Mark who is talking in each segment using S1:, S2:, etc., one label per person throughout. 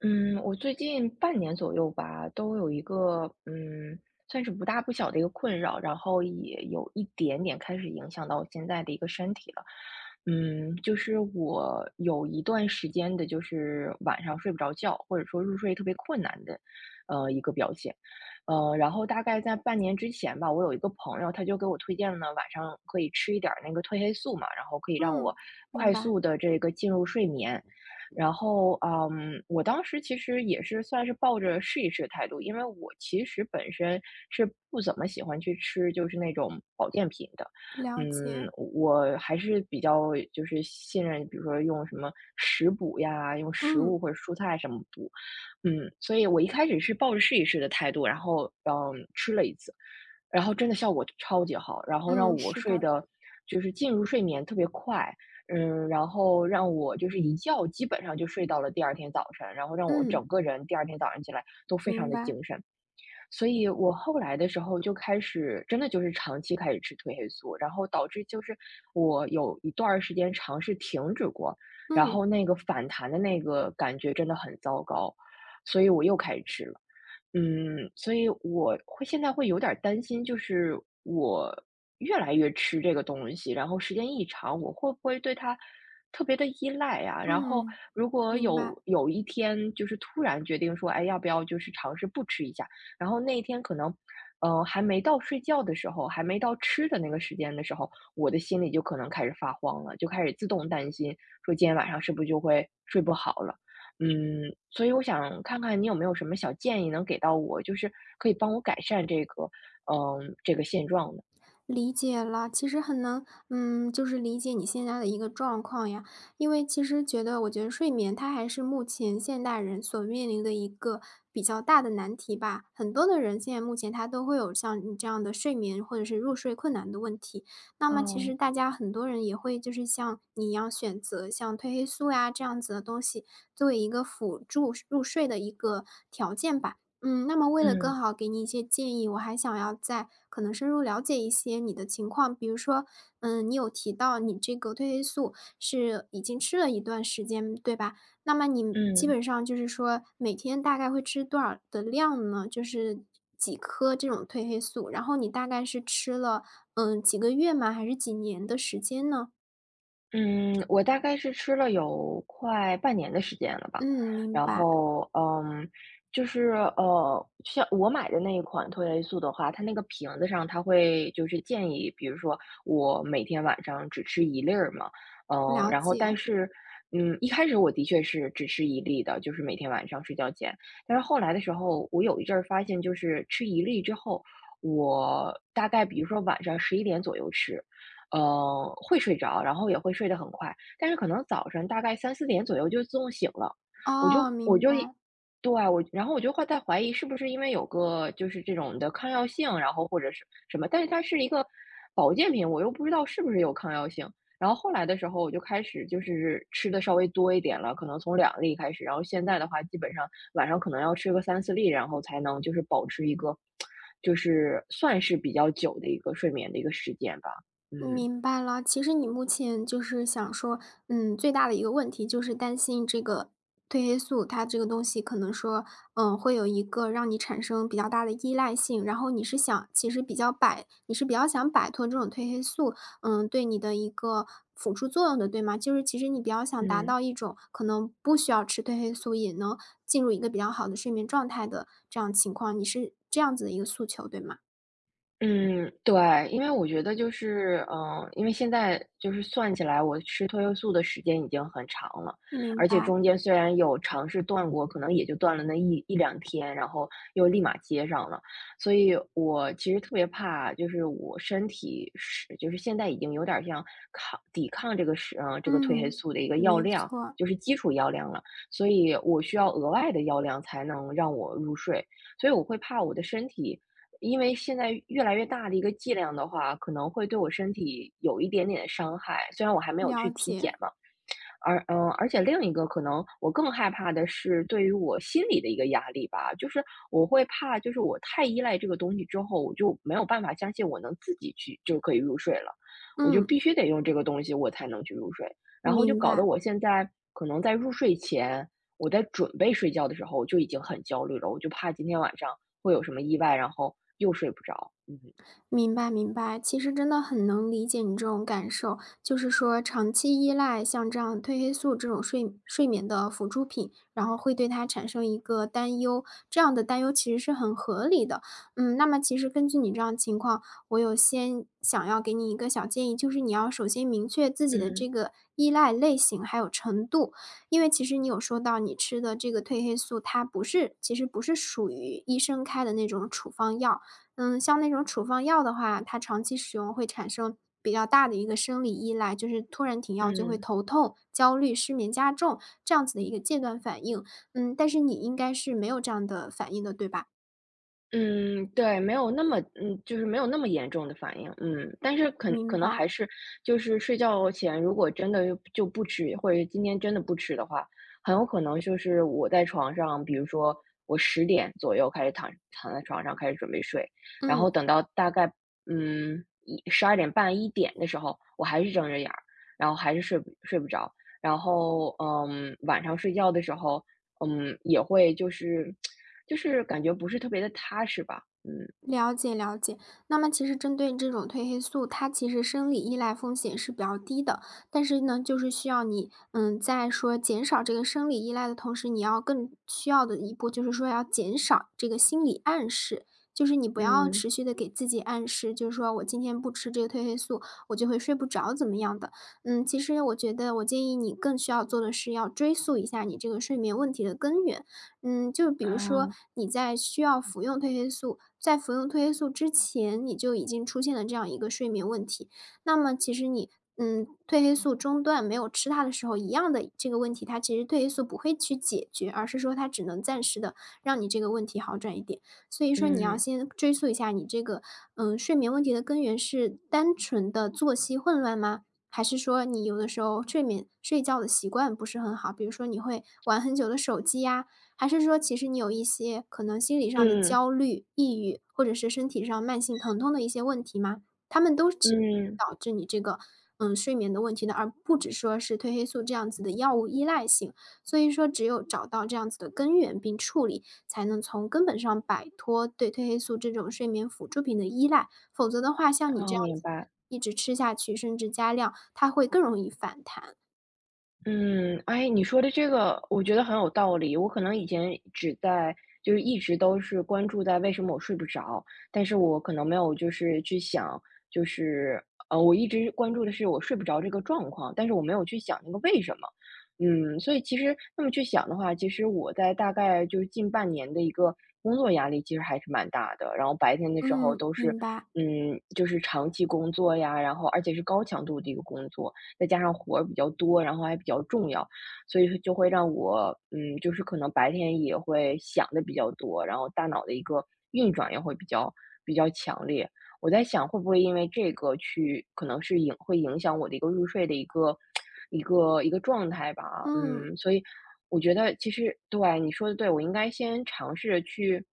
S1: 嗯，我最近半年左右吧，都有一个算是不大不小的一个困扰，然后也有一点点开始影响到我现在的一个身体了。就是我有一段时间的，就是晚上睡不着觉，或者说入睡特别困难的，一个表现。然后大概在半年之前吧，我有一个朋友，他就给我推荐了晚上可以吃一点儿那个褪黑素嘛，然后可以让我
S2: 嗯，明
S1: 快
S2: 白，
S1: 速的这个进入睡眠。然后，我当时其实也是算是抱着试一试的态度，因为我其实本身是不怎么喜欢去吃就是那种保健品的，
S2: 了
S1: 嗯，
S2: 解。
S1: 我还是比较就是信任，比如说用什么食补呀，用食物
S2: 嗯，
S1: 或者蔬菜什么补，嗯，所以我一开始是抱着试一试的态度，然后吃了一次。然后真的效果超级好，然后让
S2: 嗯，
S1: 我
S2: 是
S1: 睡
S2: 的。
S1: 的，就是进入睡眠特别快，然后让我就是一觉基本上就睡到了第二天早晨，然后让我整
S2: 嗯，
S1: 个人第二天早上起来都非常
S2: 明
S1: 的
S2: 白。
S1: 精神。所以我后来的时候就开始，真的就是长期开始吃褪黑素，然后导致就是我有一段儿时间尝试停止过，然
S2: 嗯，
S1: 后那个反弹的那个感觉真的很糟糕，所以我又开始吃了。所以我会现在会有点儿担心，就是我越来越吃这个东西，然后时间一长，我会不会对它特别的依赖呀？然后
S2: 嗯，
S1: 如果
S2: 明白。
S1: 有一天就是突然决定说，哎，要不要就是尝试不吃一下？然后那一天可能，还没到睡觉的时候，还没到吃的那个时间的时候，我的心里就可能开始发慌了，就开始自动担心，说今天晚上是不是就会睡不好了？所以我想看看你有没有什么小建议能给到我，就是可以帮我改善这个，这个现状的。
S2: 理解了，其实很能，就是理解你现在的一个状况呀，因为其实觉得，我觉得睡眠它还是目前现代人所面临的一个比较大的难题吧。很多的人现在目前他都会有像你这样的睡眠或者是入睡困难的问题，那么其实
S1: 哦，
S2: 大家很多人也会就是像你一样选择像褪黑素呀这样子的东西作为一个辅助入睡的一个条件吧。嗯，那么为了
S1: 嗯
S2: 更好给你一些建议，我还想要再可能深入了解一些你的情况。比如说，嗯，你有提到你这个褪黑素是已经吃了一段时间，对吧？那么你基
S1: 嗯。
S2: 本上就是说每天大概会吃多少的量呢？就是几颗这种褪黑素，然后你大概是吃了几个月吗？还是几年的时间呢？
S1: 嗯，我大概是吃了有快半年的时间了吧，
S2: 嗯，明
S1: 然
S2: 白，
S1: 后，就是像我买的那一款褪黑素的话，它那个瓶子上它会就是建议，比如说我每天晚上只吃一粒儿嘛，
S2: 了
S1: 然后但
S2: 解。
S1: 是，一开始我的确是只吃一粒的，就是每天晚上睡觉前，但是后来的时候，我有一阵儿发现，就是吃一粒之后，我大概比如说晚上11点左右吃。会睡着，然后也会睡得很快，但是可能早晨大概3、4点左右就自动醒了。我就
S2: 哦，
S1: 我
S2: 明
S1: 就一
S2: 白。
S1: 对啊，然后我就会在怀疑是不是因为有个就是这种的抗药性，然后或者是什么，但是它是一个保健品，我又不知道是不是有抗药性。然后后来的时候我就开始就是吃的稍微多一点了，可能从2粒开始，然后现在的话基本上晚上可能要吃个3、4粒，然后才能就是保持一个就是算是比较久的一个睡眠的一个时间吧，嗯。
S2: 明白了，其实你目前就是想说，嗯，最大的一个问题就是担心这个褪黑素，它这个东西可能说，嗯，会有一个让你产生比较大的依赖性，然后你是想，其实比较摆，你是比较想摆脱这种褪黑素，嗯，对你的一个辅助作用的，对吗？就是其实你比较想达
S1: 嗯
S2: 到一种可能不需要吃褪黑素也能进入一个比较好的睡眠状态的这样情况，你是这样子的一个诉求，对吗？
S1: 嗯，对，因为我觉得就是，因为现在就是算起来，我吃褪黑素的时间已经很长了，
S2: 明
S1: 而且
S2: 白，
S1: 中间虽然有尝试断过，可能也就断了那一两天，然后又立马接上了，所以我其实特别怕，就是我身体是，就是现在已经有点儿像抵抗这个是，这个褪黑
S2: 嗯，
S1: 素的一个药
S2: 没
S1: 量，
S2: 错。
S1: 就是基础药量了，所以我需要额外的药量才能让我入睡，所以我会怕我的身体。因为现在越来越大的一个剂量的话，可能会对我身体有一点点伤害，虽然我还没有去
S2: 了
S1: 体
S2: 解，
S1: 检嘛，而且另一个可能我更害怕的是对于我心里的一个压力吧，就是我会怕，就是我太依赖这个东西之后，我就没有办法相信我能自己去就可以入睡了，我就
S2: 嗯，
S1: 必须得用这个东西我才能去入睡，然后就
S2: 明
S1: 搞得
S2: 白。
S1: 我现在可能在入睡前，我在准备睡觉的时候我就已经很焦虑了，我就怕今天晚上会有什么意外，然后又睡不着，嗯。
S2: 明白明白，其实真的很能理解你这种感受，就是说长期依赖像这样褪黑素这种睡眠的辅助品，然后会对它产生一个担忧，这样的担忧其实是很合理的。嗯，那么其实根据你这样的情况，我有先想要给你一个小建议，就是你要首先明确自己的
S1: 嗯
S2: 这个依赖类型还有程度，因为其实你有说到你吃的这个褪黑素，它不是其实不是属于医生开的那种处方药。嗯，像那种处方药的话，它长期使用会产生比较大的一个生理依赖，就是突然停药就会
S1: 嗯。
S2: 头痛、焦虑、失眠加重这样子的一个戒断反应。嗯，但是你应该是没有这样的反应的，对吧？
S1: 嗯，对，没有那么就是没有那么严重的反应，但是可可
S2: 明
S1: 能
S2: 白，
S1: 还是就是睡觉前，如果真的就不吃，或者是今天真的不吃的话，很有可能就是我在床上，比如说我10点左右开始躺在床上开始准备睡，然后
S2: 嗯。
S1: 等到大概十二点半一点的时候，我还是睁着眼儿，然后还是睡不着，然后晚上睡觉的时候。也会就是感觉不是特别的踏实吧，嗯。
S2: 了解了解，那么其实针对这种褪黑素，它其实生理依赖风险是比较低的，但是呢，就是需要你，在说减少这个生理依赖的同时，你要更需要的一步就是说要减少这个心理暗示，就是你不要
S1: 嗯，
S2: 持续的给自己暗示，就是说我今天不吃这个褪黑素，我就会睡不着怎么样的。嗯，其实我觉得我建议你更需要做的是要追溯一下你这个睡眠问题的根源，嗯，就比如说
S1: 啊，
S2: 你在需要服用褪黑素，在服用褪黑素之前，你就已经出现了这样一个睡眠问题。那么其实你，褪黑素中断没有吃它的时候，一样的这个问题，它其实褪黑素不会去解决，而是说它只能暂时的让你这个问题好转一点。所以说你要
S1: 嗯，
S2: 先追溯一下你这个，睡眠问题的根源是单纯的作息混乱吗？还是说你有的时候睡觉的习惯不是很好，比如说你会玩很久的手机呀，还是说其实你有一些可能心理上的
S1: 嗯。
S2: 焦虑、抑郁，或者是身体上慢性疼痛的一些问题吗？它们都其实
S1: 嗯，
S2: 导致你这个，睡眠的问题的，而不只说是褪黑素这样子的药物依赖性。所以说只有找到这样子的根源并处理，才能从根本上摆脱对褪黑素这种睡眠辅助品的依赖。否则的话，像你
S1: 啊，
S2: 这样
S1: 明
S2: 子
S1: 白。
S2: 一直吃下去，甚至加量，它会更容易反弹。
S1: 嗯，哎，你说的这个我觉得很有道理。我可能以前只在就是一直都是关注在为什么我睡不着，但是我可能没有就是去想，就是我一直关注的是我睡不着这个状况，但是我没有去想那个为什么。所以其实那么去想的话，其实我在大概就是近半年的一个工作压力其实还是蛮大的，然后白天的时候
S2: 嗯，
S1: 都是
S2: 明白。
S1: 就是长期工作呀，然后而且是高强度的一个工作。再加上活儿比较多，然后还比较重要，所以就会让我，就是可能白天也会想的比较多，然后大脑的一个运转也会比较强烈。我在想，会不会因为这个去，可能是会影响我的一个入睡的一个 一个状态吧？
S2: 嗯，
S1: 所以我觉得其实对你说的对，我应该先尝试着去，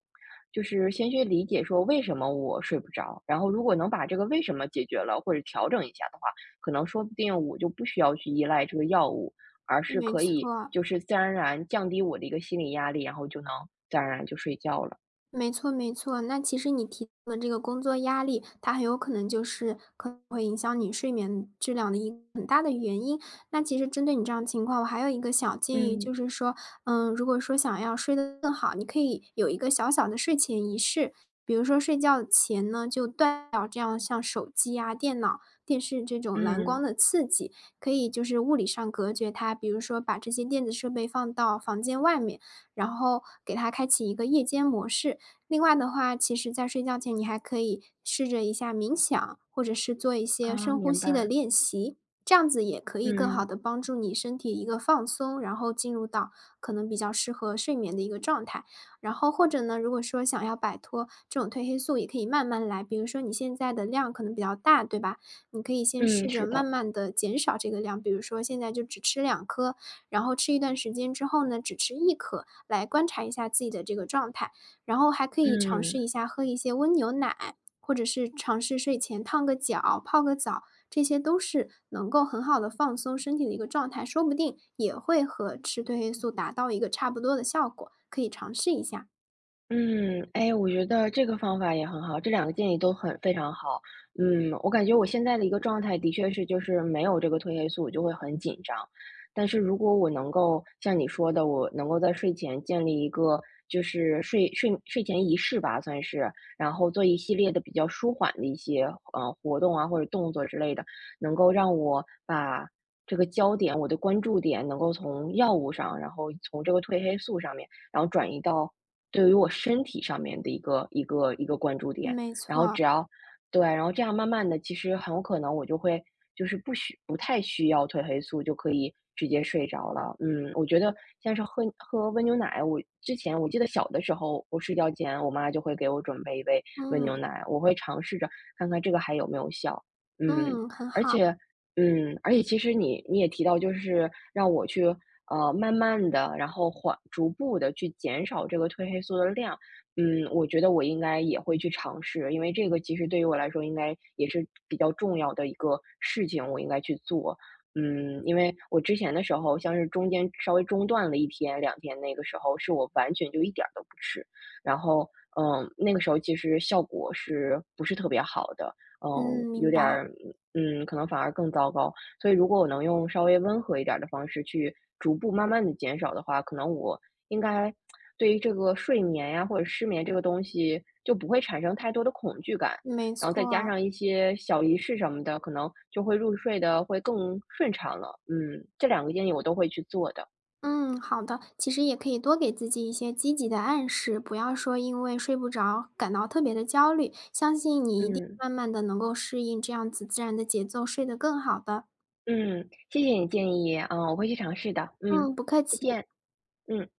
S1: 就是先去理解说为什么我睡不着，然后如果能把这个为什么解决了或者调整一下的话，可能说不定我就不需要去依赖这个药物，而是
S2: 没
S1: 可以
S2: 错。
S1: 就是自然而然降低我的一个心理压力，然后就能自然而然就睡觉了。
S2: 没错没错，那其实你提到的这个工作压力，它很有可能就是可能会影响你睡眠质量的一个很大的原因。那其实针对你这样的情况，我还有一个小建议，就
S1: 嗯，
S2: 是说，嗯，如果说想要睡得更好，你可以有一个小小的睡前仪式，比如说睡觉前呢，就断掉这样像手机啊、电脑、电视这种蓝
S1: 嗯，
S2: 光的刺激，可以就是物理上隔绝它，比如说把这些电子设备放到房间外面，然后给它开启一个夜间模式。另外的话，其实在睡觉前你还可以试着一下冥想，或者是做一些
S1: 啊，
S2: 深呼
S1: 明
S2: 吸的
S1: 白，
S2: 练习，这样子也可以更
S1: 嗯，
S2: 好的帮助你身体一个放松，然后进入到可能比较适合睡眠的一个状态。然后或者呢，如果说想要摆脱这种褪黑素，也可以慢慢来，比如说你现在的量可能比较大，对吧？你可以先
S1: 嗯，
S2: 试着
S1: 是
S2: 慢
S1: 的，
S2: 慢的减少这个量，比如说现在就只吃两颗，然后吃一段时间之后呢，只吃一颗，来观察一下自己的这个状态。然后还可以尝
S1: 嗯。
S2: 试一下喝一些温牛奶，或者是尝试睡前烫个脚、泡个澡，这些都是能够很好的放松身体的一个状态，说不定也会和吃褪黑素达到一个差不多的效果，可以尝试一下。
S1: 嗯，哎，我觉得这个方法也很好，这两个建议都很非常好。我感觉我现在的一个状态的确是，就是没有这个褪黑素，我就会很紧张。但是如果我能够像你说的，我能够在睡前建立一个就是睡前仪式吧，算是，然后做一系列的比较舒缓的一些活动啊或者动作之类的，能够让我把这个焦点，我的关注点能够从药物上，然后从这个褪黑素上面，然后转移到对于我身体上面的一个关注点，
S2: 没
S1: 然后
S2: 错，
S1: 只要对，然后这样慢慢的，其实很有可能我就会就是不太需要褪黑素就可以直接睡着了。嗯，我觉得像是喝喝温牛奶，我之前我记得小的时候，我睡觉前我妈就会给我准备一杯温牛
S2: 嗯，
S1: 奶，我会尝试着看看这个还有没有效。嗯，
S2: 嗯，很
S1: 而
S2: 好，
S1: 且嗯，而且其实你也提到，就是让我去慢慢的，然后逐步的去减少这个褪黑素的量，我觉得我应该也会去尝试，因为这个其实对于我来说应该也是比较重要的一个事情，我应该去做。因为我之前的时候，像是中间稍微中断了1天、2天，那个时候是我完全就一点儿都不吃，然后，那个时候其实效果是不是特别好的，
S2: 嗯，
S1: 有
S2: 明
S1: 点
S2: 白，
S1: 儿可能反而更糟糕。所以如果我能用稍微温和一点儿的方式去逐步慢慢的减少的话，可能我应该对于这个睡眠呀，或者失眠这个东西就不会产生太多的恐惧感。
S2: 没
S1: 然后再加
S2: 错。
S1: 上一些小仪式什么的，可能就会入睡的会更顺畅了。嗯，这两个建议我都会去做的。
S2: 嗯，好的。其实也可以多给自己一些积极的暗示，不要说因为睡不着感到特别的焦虑。相信你一定
S1: 嗯，
S2: 慢慢的能够适应这样子自然的节奏，睡得更好的。
S1: 嗯，谢谢你建议，啊，我会去尝试的。嗯，
S2: 嗯，不客
S1: 再
S2: 气。
S1: 见，嗯。